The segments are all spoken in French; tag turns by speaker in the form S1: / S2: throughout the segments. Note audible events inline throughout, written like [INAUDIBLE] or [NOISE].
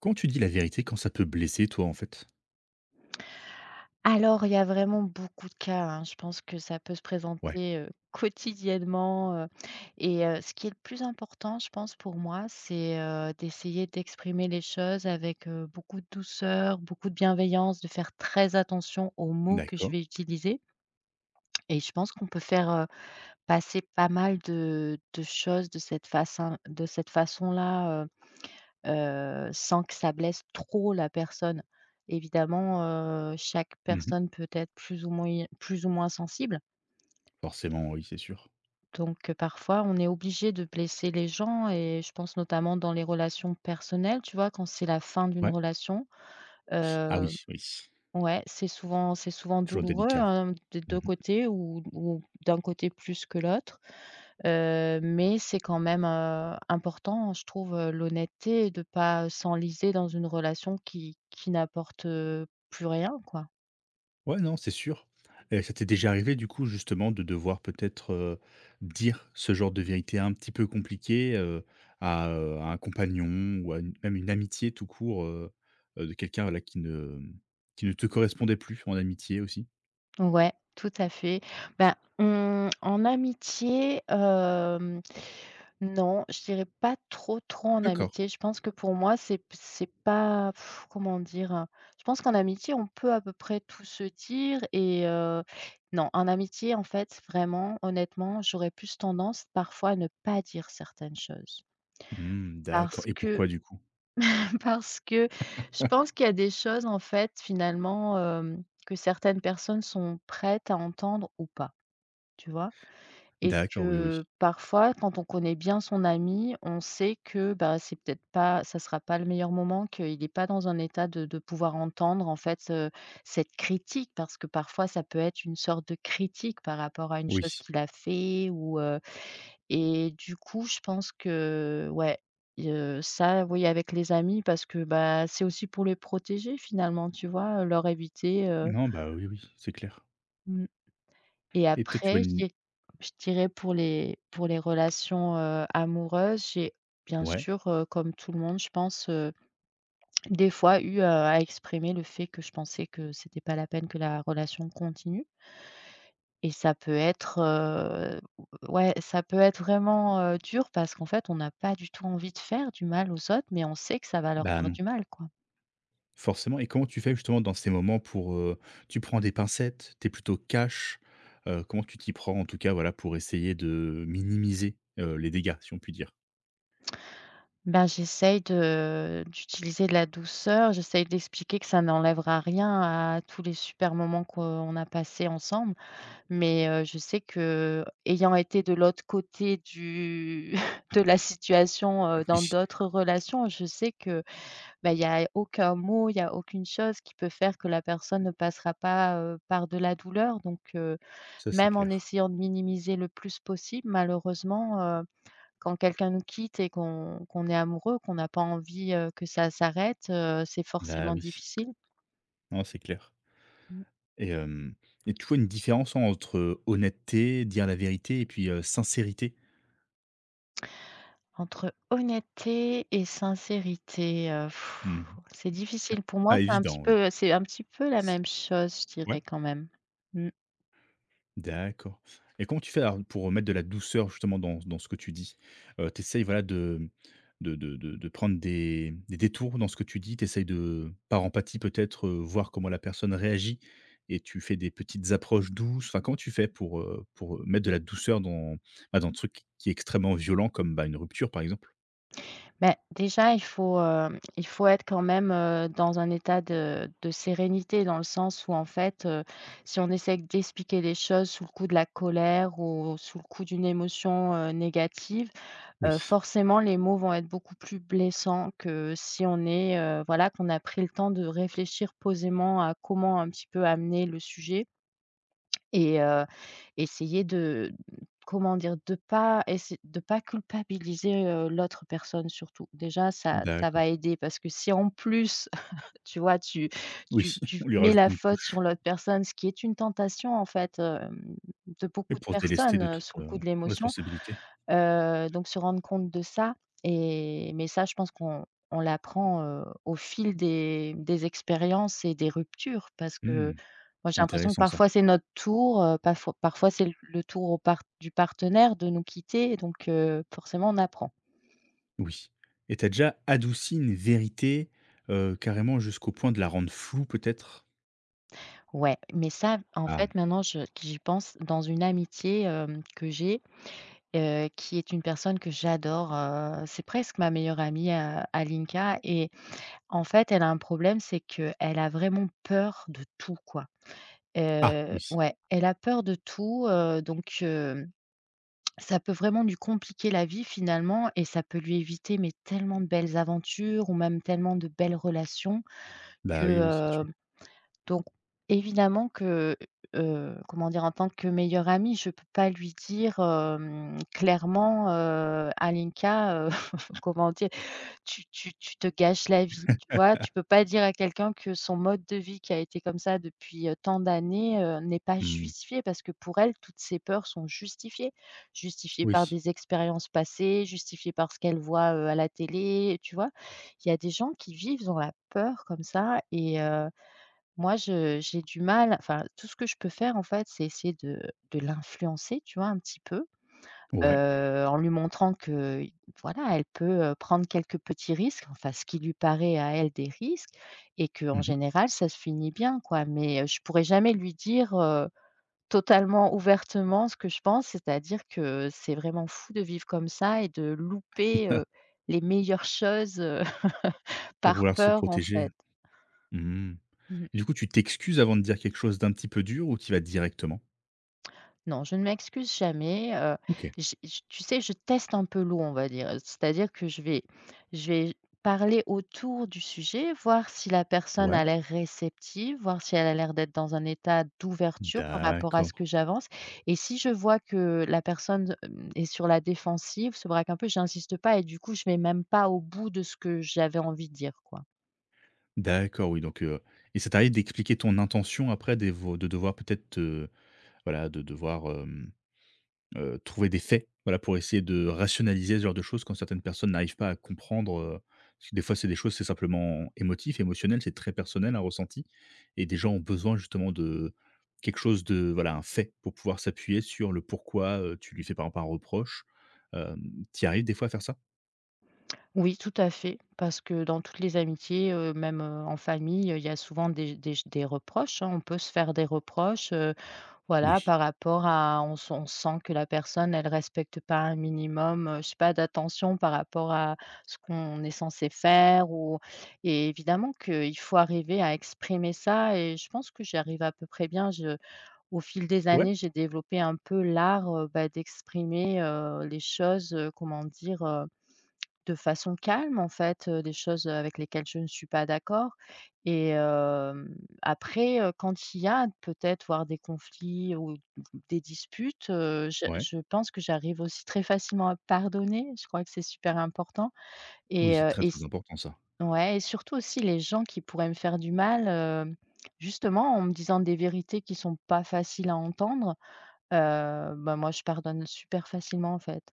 S1: Quand tu dis la vérité, quand ça peut blesser, toi, en fait?
S2: Alors, il y a vraiment beaucoup de cas, hein. Je pense que ça peut se
S1: Ouais,
S2: présenter, quotidiennement, et ce qui est le plus important, je pense, pour moi, c'est, d'essayer d'exprimer les choses avec, beaucoup de douceur, beaucoup de bienveillance, de faire très attention aux mots que je
S1: d'accord.
S2: vais utiliser. Et je pense qu'on peut faire, passer pas mal de choses de cette façon de cette façon-là. Sans que ça blesse trop la personne. Évidemment, chaque
S1: Mmh.
S2: personne peut être plus ou moins sensible,
S1: Forcément, oui, c'est sûr.
S2: donc parfois on est obligé de blesser les gens, et je pense notamment dans les relations personnelles, tu vois? Quand c'est la fin d'une
S1: Ouais.
S2: relation,
S1: Ah
S2: heu,
S1: oui, oui,
S2: ouais, c'est souvent
S1: toujours
S2: douloureux,
S1: délicat.
S2: hein, des deux
S1: Mmh.
S2: côtés ou d'un côté plus que l'autre. Mais c'est quand même, important, je trouve, l'honnêteté et de pas s'enliser dans une relation qui n'apporte, plus rien, quoi.
S1: Ouais, non, c'est sûr. Et ça t'est déjà arrivé, du coup, justement, de devoir peut-être, dire ce genre de vérité un petit peu compliquée, à un compagnon ou à une même une amitié tout court, de quelqu'un, voilà, qui ne te correspondait plus en amitié aussi?
S2: Ouais, tout à fait. Ben mmh, en amitié, non, je dirais pas trop, trop en
S1: D'accord.
S2: amitié. Je pense que pour moi, c'est pas pff, comment dire? Hein, je pense qu'en amitié, on peut à peu près tout se dire, et non, en amitié, en fait, vraiment, honnêtement, j'aurais plus tendance parfois à ne pas dire certaines choses.
S1: Mmh,
S2: Parce
S1: d'accord, et
S2: que
S1: pourquoi, du coup?
S2: [LAUGHS] parce que je pense qu'il y a des choses, en fait, finalement, que certaines personnes sont prêtes à entendre ou pas, tu vois? Et
S1: D'accord, oui, oui.
S2: que parfois, quand on connaît bien son ami, on sait que, bah, c'est peut-être pas ça sera pas le meilleur moment, qu'il est pas dans un état de pouvoir entendre en fait, cette critique. Parce que parfois ça peut être une sorte de critique par rapport à une
S1: Oui.
S2: chose qu'il a fait ou, et du coup je pense que ouais, ça oui avec les amis parce que, bah, c'est aussi pour les protéger finalement, tu vois? Leur éviter,
S1: Non, bah, oui, oui, c'est clair.
S2: mmh. Et
S1: Et toi, tu as
S2: après,
S1: une
S2: j'ai je dirais pour les relations, amoureuses, j'ai bien
S1: ouais,
S2: sûr, comme tout le monde, je pense, des fois eu, à exprimer le fait que je pensais que c'était pas la peine que la relation continue, et ça peut être, ouais, ça peut être vraiment, dur parce qu'en fait, on n'a pas du tout envie de faire du mal aux autres, mais on sait que ça va leur
S1: bah,
S2: faire
S1: non,
S2: du mal, quoi.
S1: forcément, et comment tu fais justement dans ces moments pour, tu prends des pincettes? T'es plutôt cash? Comment tu t'y prends en tout cas, voilà, pour essayer de minimiser, les dégâts, si on peut dire?
S2: Ben, j'essaye de d'utiliser de la douceur, j'essaye d'expliquer que ça n'enlèvera rien à tous les super moments qu'on a passés ensemble. Mais, je sais que ayant été de l'autre côté du [LAUGHS] de la situation,
S1: Oui,
S2: dans d'autres relations, je sais que, ben il y a aucun mot, il y a aucune chose qui peut faire que la personne ne passera pas, par de la douleur. Donc,
S1: ça c'est
S2: même en
S1: clair.
S2: essayant de minimiser le plus possible, malheureusement, quand quelqu'un nous quitte et qu'on est amoureux, qu'on n'a pas envie, que ça s'arrête, c'est
S1: Bah,
S2: forcément
S1: oui.
S2: difficile.
S1: Non, c'est clair,
S2: Mmh.
S1: et hem et tu vois une différence entre honnêteté, dire la vérité, et puis, sincérité?
S2: Entre honnêteté et sincérité,
S1: Mmh.
S2: c'est difficile. Pour
S1: Ah,
S2: moi,
S1: pas
S2: c'est un petit
S1: évident, oui.
S2: peu c'est un petit peu la même chose, je
S1: Ouais,
S2: dirais quand même. Mmh.
S1: d'accord, et comment tu fais alors pour mettre de la douceur justement dans dans ce que tu dis? Tu essayes, voilà, de prendre des détours dans ce que tu dis? Tu essayes, de par empathie peut-être, voir comment la personne réagit et tu fais des petites approches douces? Enfin, comment tu fais pour, pour mettre de la douceur dans, bah, dans un truc qui est extrêmement violent comme, bah, une rupture par exemple?
S2: Bah, déjà, il faut être quand même, dans un état de sérénité, dans le sens où, en fait, si on essaie d'expliquer les choses sous le coup de la colère ou sous le coup d'une émotion, négative,
S1: Oui.
S2: forcément les mots vont être beaucoup plus blessants que si on est, voilà, qu'on a pris le temps de réfléchir posément à comment un petit peu amener le sujet et essayer de, comment dire? De pas culpabiliser, l'autre personne surtout. Déjà ça va
S1: D'accord.
S2: aider parce que si en plus, [LAUGHS] tu vois, tu
S1: Oui,
S2: tu
S1: [LAUGHS]
S2: tu
S1: on lui
S2: mets
S1: rajoute
S2: la
S1: une
S2: faute sur
S1: couche
S2: l'autre personne, ce qui est une tentation en fait, de
S1: et
S2: beaucoup de
S1: pour se délester
S2: personnes,
S1: de toute,
S2: sous le coup de l'émotion.
S1: responsabilité.
S2: Donc se rendre compte de ça et mais ça, je pense qu'on on l'apprend, au fil des expériences et des ruptures parce que
S1: Mmh,
S2: moi, j'ai l'impression que
S1: intéressant ça.
S2: parfois c'est notre tour, pafoi parfois c'est le tour au part du partenaire de nous quitter, et donc forcément on apprend.
S1: Oui. Et t'as déjà adouci une vérité, carrément jusqu'au point de la rendre floue peut-être?
S2: Ouais, mais ça, en
S1: Ah.
S2: fait, maintenant je j'y pense dans une amitié, que j'ai, qui est une personne que j'adore, c'est presque ma meilleure amie, Alinka. Et En fait, elle a un problème, c'est que elle a vraiment peur de tout, quoi.
S1: Ah oui.
S2: Ouais, elle a peur de tout, donc ça peut vraiment lui compliquer la vie finalement, et ça peut lui éviter, mais tellement de belles aventures ou même tellement de belles relations que,
S1: Bah oui, oui, c'est sûr.
S2: heu, donc évidemment que, comment dire? En tant que meilleure amie, je peux pas lui dire, clairement, «Alinka, [LAUGHS] comment dire? Tu te gâches la vie, tu vois?»
S1: [LAUGHS]
S2: Tu peux pas dire à quelqu'un que son mode de vie qui a été comme ça depuis, tant d'années, n'est pas
S1: Mmh.
S2: justifié parce que pour elle, toutes ses peurs sont justifiées. Justifiées
S1: Oui.
S2: par des expériences passées, justifiées par ce qu'elle voit, à la télé, tu vois? Il y a des gens qui vivent dans la peur comme ça, et moi je j'ai du mal, enfin tout ce que je peux faire en fait, c'est essayer de l'influencer, tu vois, un petit peu,
S1: Ouais.
S2: en lui montrant que, voilà, elle peut, prendre quelques petits risques, enfin ce qui lui paraît à elle des risques, et que
S1: Mmh
S2: en
S1: mh.
S2: général ça se finit bien quoi. Mais, je pourrais jamais lui dire, totalement ouvertement ce que je pense, c'est-à-dire que c'est vraiment fou de vivre comme ça et de louper,
S1: Ah.
S2: les meilleures choses, [LAUGHS]
S1: Pour
S2: par
S1: vouloir se
S2: peur en
S1: protéger.
S2: fait.
S1: Mmh.
S2: Mmh.
S1: Et du coup, tu t'excuses avant de dire quelque chose d'un petit peu dur, ou tu y vas directement?
S2: Non, je ne m'excuse jamais,
S1: OK.
S2: j j tu sais, je teste un peu l'eau, on va dire. C'est-à-dire que je vais parler autour du sujet, voir si la personne
S1: Ouais.
S2: a l'air réceptive, voir si elle a l'air d'être dans un état d'ouverture par rapport à
S1: D'accord.
S2: ce que j'avance, et si je vois que la personne, est sur la défensive, se braque un peu, j'insiste pas et du coup, je vais même pas au bout de ce que j'avais envie de dire, quoi.
S1: D'accord, oui, donc et ça t'arrive d'expliquer ton intention après des vo de devoir peut-être, voilà, de devoir, hem trouver des faits, voilà, pour essayer de rationaliser ce genre de choses quand certaines personnes n'arrivent pas à comprendre, parce que des fois, c'est des choses, c'est simplement émotif, émotionnel, c'est très personnel, un ressenti, et des gens ont besoin justement de quelque chose de, voilà, un fait pour pouvoir s'appuyer sur le pourquoi, tu lui fais par exemple un reproche. Tu arrives des fois à faire ça?
S2: Oui, tout à fait, parce que dans toutes les amitiés, même, en famille, il y a souvent des reproches, hein. On peut se faire des reproches, voilà,
S1: Oui.
S2: par rapport à on sent que la personne, elle respecte pas un minimum, je sais pas, d'attention par rapport à ce qu'on est censé faire ou, et évidemment qu'il faut arriver à exprimer ça, et je pense que j'y arrive à peu près bien. Je Au fil des
S1: Ouais.
S2: années, j'ai développé un peu l'art, bah, d'exprimer, les choses, comment dire, de façon calme, en fait, des choses, avec lesquelles je ne suis pas d'accord, et après, quand il y a peut-être voire des conflits ou des disputes, je
S1: Ouais?
S2: je pense que j'arrive aussi très facilement à pardonner. Je crois que c'est super important,
S1: Oui, oui, c'est très,
S2: et
S1: très
S2: s
S1: important ça.
S2: ouais, et surtout aussi les gens qui pourraient me faire du mal, justement en me disant des vérités qui sont pas faciles à entendre, bah, moi je pardonne super facilement, en fait.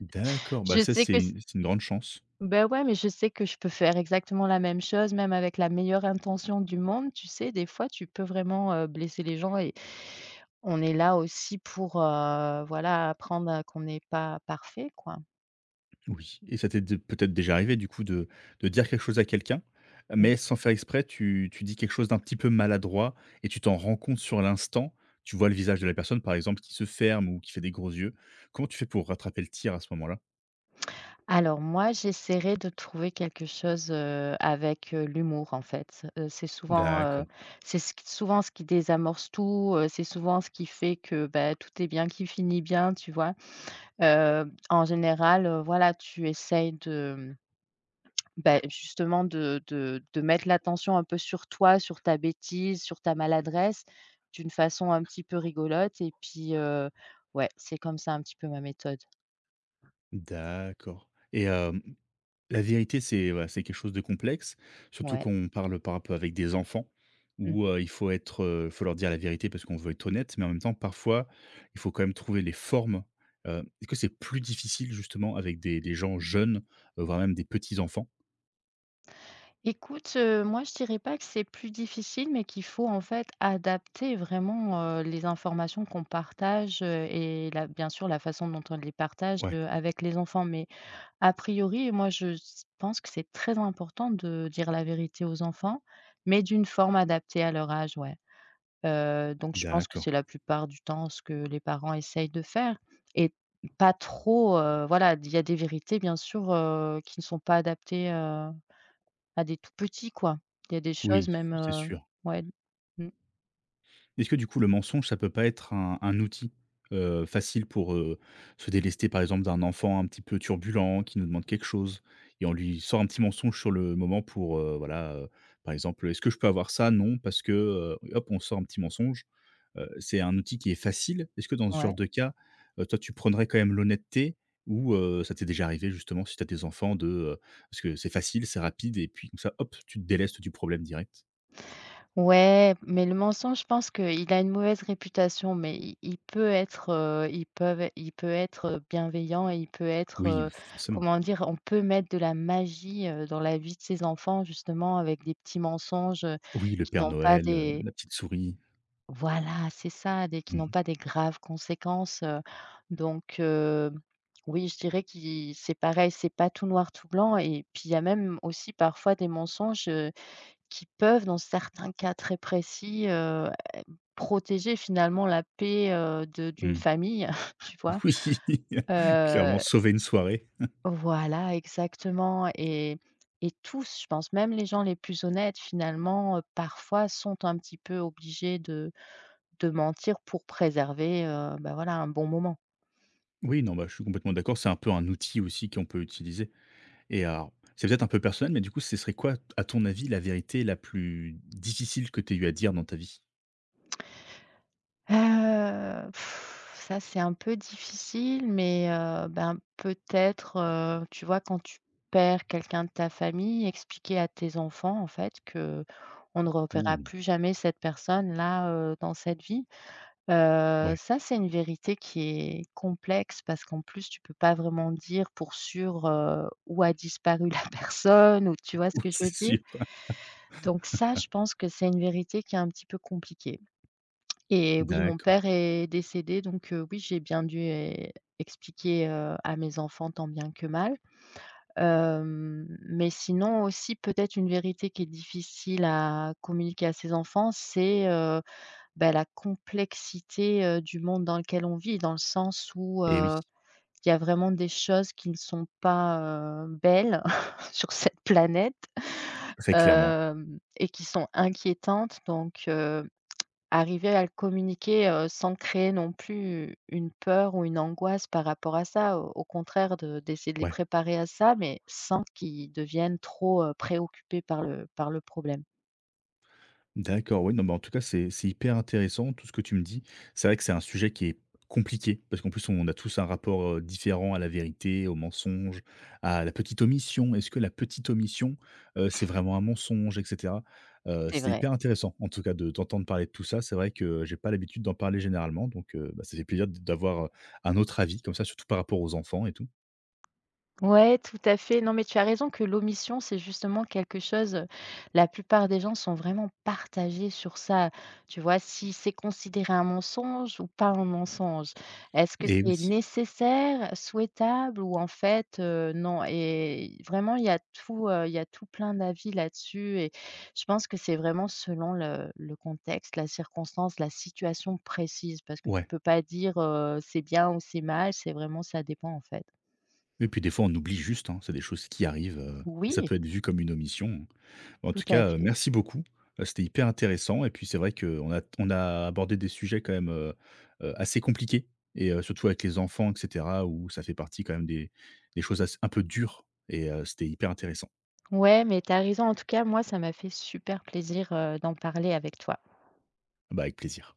S1: D'accord. Bah,
S2: Je
S1: ça,
S2: sais que
S1: c'est une grande chance.
S2: Ben ouais, mais je sais que je peux faire exactement la même chose, même avec la meilleure intention du monde, tu sais? Des fois, tu peux vraiment, blesser les gens, et on est là aussi pour, voilà, apprendre, qu'on n'est pas parfait, quoi.
S1: Oui, et ça t'est dé peut-être déjà arrivé du coup de dire quelque chose à quelqu'un,
S2: Mmh.
S1: mais sans faire exprès tu dis quelque chose d'un petit peu maladroit et tu t'en rends compte sur l'instant. Tu vois le visage de la personne, par exemple, qui se ferme ou qui fait des gros yeux. Comment tu fais pour rattraper le tir à ce moment-là?
S2: Alors moi, j'essaierai de trouver quelque chose, avec, l'humour, en fait. C'est souvent,
S1: D'accord,
S2: c'est ce qui souvent ce qui désamorce tout, c'est souvent ce qui fait que, bah, tout est bien qui finit bien, tu vois? En général, voilà, tu essayes de bah, justement de de mettre l'attention un peu sur toi, sur ta bêtise, sur ta maladresse, d'une façon un petit peu rigolote et puis, ouais, c'est comme ça un petit peu ma méthode,
S1: d'accord et hem la vérité, c'est, voilà, c'est quelque chose de complexe, surtout
S2: ouais.
S1: quand on parle par rapport avec des enfants, où,
S2: Mmh.
S1: il faut être, faut leur dire la vérité parce qu'on veut être honnête, mais en même temps, parfois, il faut quand même trouver les formes. Est-ce que c'est plus difficile justement avec des gens jeunes, voire même des petits enfants?
S2: Écoute, moi je dirais pas que c'est plus difficile, mais qu'il faut en fait adapter vraiment, les informations qu'on partage, et la bien sûr la façon dont on les partage,
S1: Ouais,
S2: avec les enfants. Mais a priori, moi, je s pense que c'est très important de dire la vérité aux enfants, mais d'une forme adaptée à leur âge, ouais. Donc je pense que
S1: d'accord.
S2: c'est la plupart du temps ce que les parents essayent de faire, et pas trop, voilà, il y a des vérités bien sûr, qui ne sont pas adaptées, à des tout petits, quoi. Il y a des choses
S1: Oui,
S2: même,
S1: c'est sûr.
S2: ouais, mmh,
S1: Est-ce que du coup le mensonge, ça peut pas être un outil, facile pour, se délester par exemple d'un enfant un petit peu turbulent qui nous demande quelque chose, et on lui sort un petit mensonge sur le moment pour, voilà, par exemple: «Est-ce que je peux avoir ça? Non parce que», hop, on sort un petit mensonge. C'est un outil qui est facile. Est-ce que dans ce genre
S2: ouais.
S1: de cas, toi tu prendrais quand même l'honnêteté, ou, ça t'est déjà arrivé justement, si tu as des enfants, de, parce que c'est facile, c'est rapide, et puis comme ça, hop, tu te délestes du problème direct?
S2: Ouais, mais le mensonge, je pense qu'il a une mauvaise réputation, mais il peut être, ils peuvent il peut être, bienveillant, et il peut être,
S1: Oui, forcément.
S2: comment dire? On peut mettre de la magie, dans la vie de ses enfants justement avec des petits mensonges,
S1: Oui, le
S2: qui
S1: Père
S2: n'ont pas
S1: Noël,
S2: des
S1: la petite souris.
S2: voilà, c'est ça, des
S1: Mmh
S2: qui n'ont
S1: mh.
S2: pas des
S1: [LAUGHS]
S2: graves conséquences, donc oui, je dirais qu'il c'est pareil, c'est pas tout noir, tout blanc, et puis il y a même aussi parfois des mensonges, qui peuvent, dans certains cas très précis, protéger finalement la paix, de d'une famille, [LAUGHS] tu vois?
S1: Oui, clairement,
S2: Heu,
S1: sauver une soirée.
S2: voilà, exactement, et tous, je pense, même les gens les plus honnêtes finalement, parfois sont un petit peu obligés de mentir pour préserver, bah, voilà, un bon moment.
S1: Oui, non, bah, je suis complètement d'accord, c'est un peu un outil aussi qu'on peut utiliser, et alors, c'est peut-être un peu personnel, mais du coup, ce serait quoi, à ton avis, la vérité la plus difficile que tu aies eu à dire dans ta vie?
S2: Heu, Ça c'est un peu difficile, mais ben, peut-être, tu vois, quand tu perds quelqu'un de ta famille, expliquer à tes enfants, en fait, que on ne reverra
S1: Ouh,
S2: plus jamais cette personne-là, dans cette vie.
S1: ouais,
S2: Ça, c'est une vérité qui est complexe parce qu'en plus, tu peux pas vraiment dire pour sûr, où a disparu la [LAUGHS] personne, ou tu vois
S1: [LAUGHS]
S2: ce
S1: ouais,
S2: que je veux
S1: c'est
S2: dire?
S1: sûr.
S2: Donc ça, je pense que c'est une vérité qui est un petit peu compliquée. Et oui, mon
S1: D'accord.
S2: père est décédé, donc oui, j'ai bien dû e expliquer, à mes enfants tant bien que mal. Mais sinon aussi peut-être une vérité qui est difficile à communiquer à ses enfants, c'est, bah, la complexité, du monde dans lequel on vit, dans le sens où,
S1: Et oui,
S2: il y a vraiment des choses qui ne sont pas, belles [LAUGHS] sur cette planète,
S1: très clairement.
S2: et qui sont inquiétantes, donc arriver à le communiquer, sans créer non plus une peur ou une angoisse par rapport à ça. Au contraire de d'essayer de les
S1: Ouais.
S2: préparer à ça, mais sans qu'ils deviennent trop, préoccupés par le problème.
S1: D'accord, oui, non, mais en tout cas, c'est hyper intéressant tout ce que tu me dis. C'est vrai que c'est un sujet qui est compliqué, parce qu'en plus, on a tous un rapport, différent à la vérité, au mensonge, à la petite omission. Est-ce que la petite omission, c'est vraiment un mensonge, et cetera?
S2: C'est
S1: C'est
S2: vrai.
S1: hyper intéressant, en tout cas, de t'entendre parler de tout ça. C'est vrai que j'ai pas l'habitude d'en parler généralement, bah, ça fait plaisir d'avoir, un autre avis comme ça, surtout par rapport aux enfants et tout.
S2: Ouais, tout à fait. Non, mais tu as raison que l'omission, c'est justement quelque chose, la plupart des gens sont vraiment partagés sur ça. Tu vois? Si c'est considéré un mensonge ou pas un mensonge? Est-ce que
S1: Et
S2: c'est
S1: oui,
S2: nécessaire, souhaitable ou en fait, non? Et vraiment, il y a tout, il y a tout plein d'avis là-dessus, et je pense que c'est vraiment selon le contexte, la circonstance, la situation précise, parce que tu
S1: ouais.
S2: peux pas dire, c'est bien ou c'est mal, c'est vraiment ça dépend en fait.
S1: Et puis des fois, on oublie juste, hein, c'est des choses qui arrivent, ça
S2: Oui.
S1: peut être vu comme une omission, hein. En tout
S2: Tout à
S1: cas,
S2: fait.
S1: merci beaucoup, c'était hyper intéressant et puis c'est vrai qu'on a on a abordé des sujets quand même, assez compliqués, et surtout avec les enfants, et cetera, où ça fait partie quand même des choses ass un peu dures, et c'était hyper intéressant.
S2: Ouais, mais tu as raison. En tout cas, moi, ça m'a fait super plaisir, d'en parler avec toi.
S1: Bah, avec plaisir.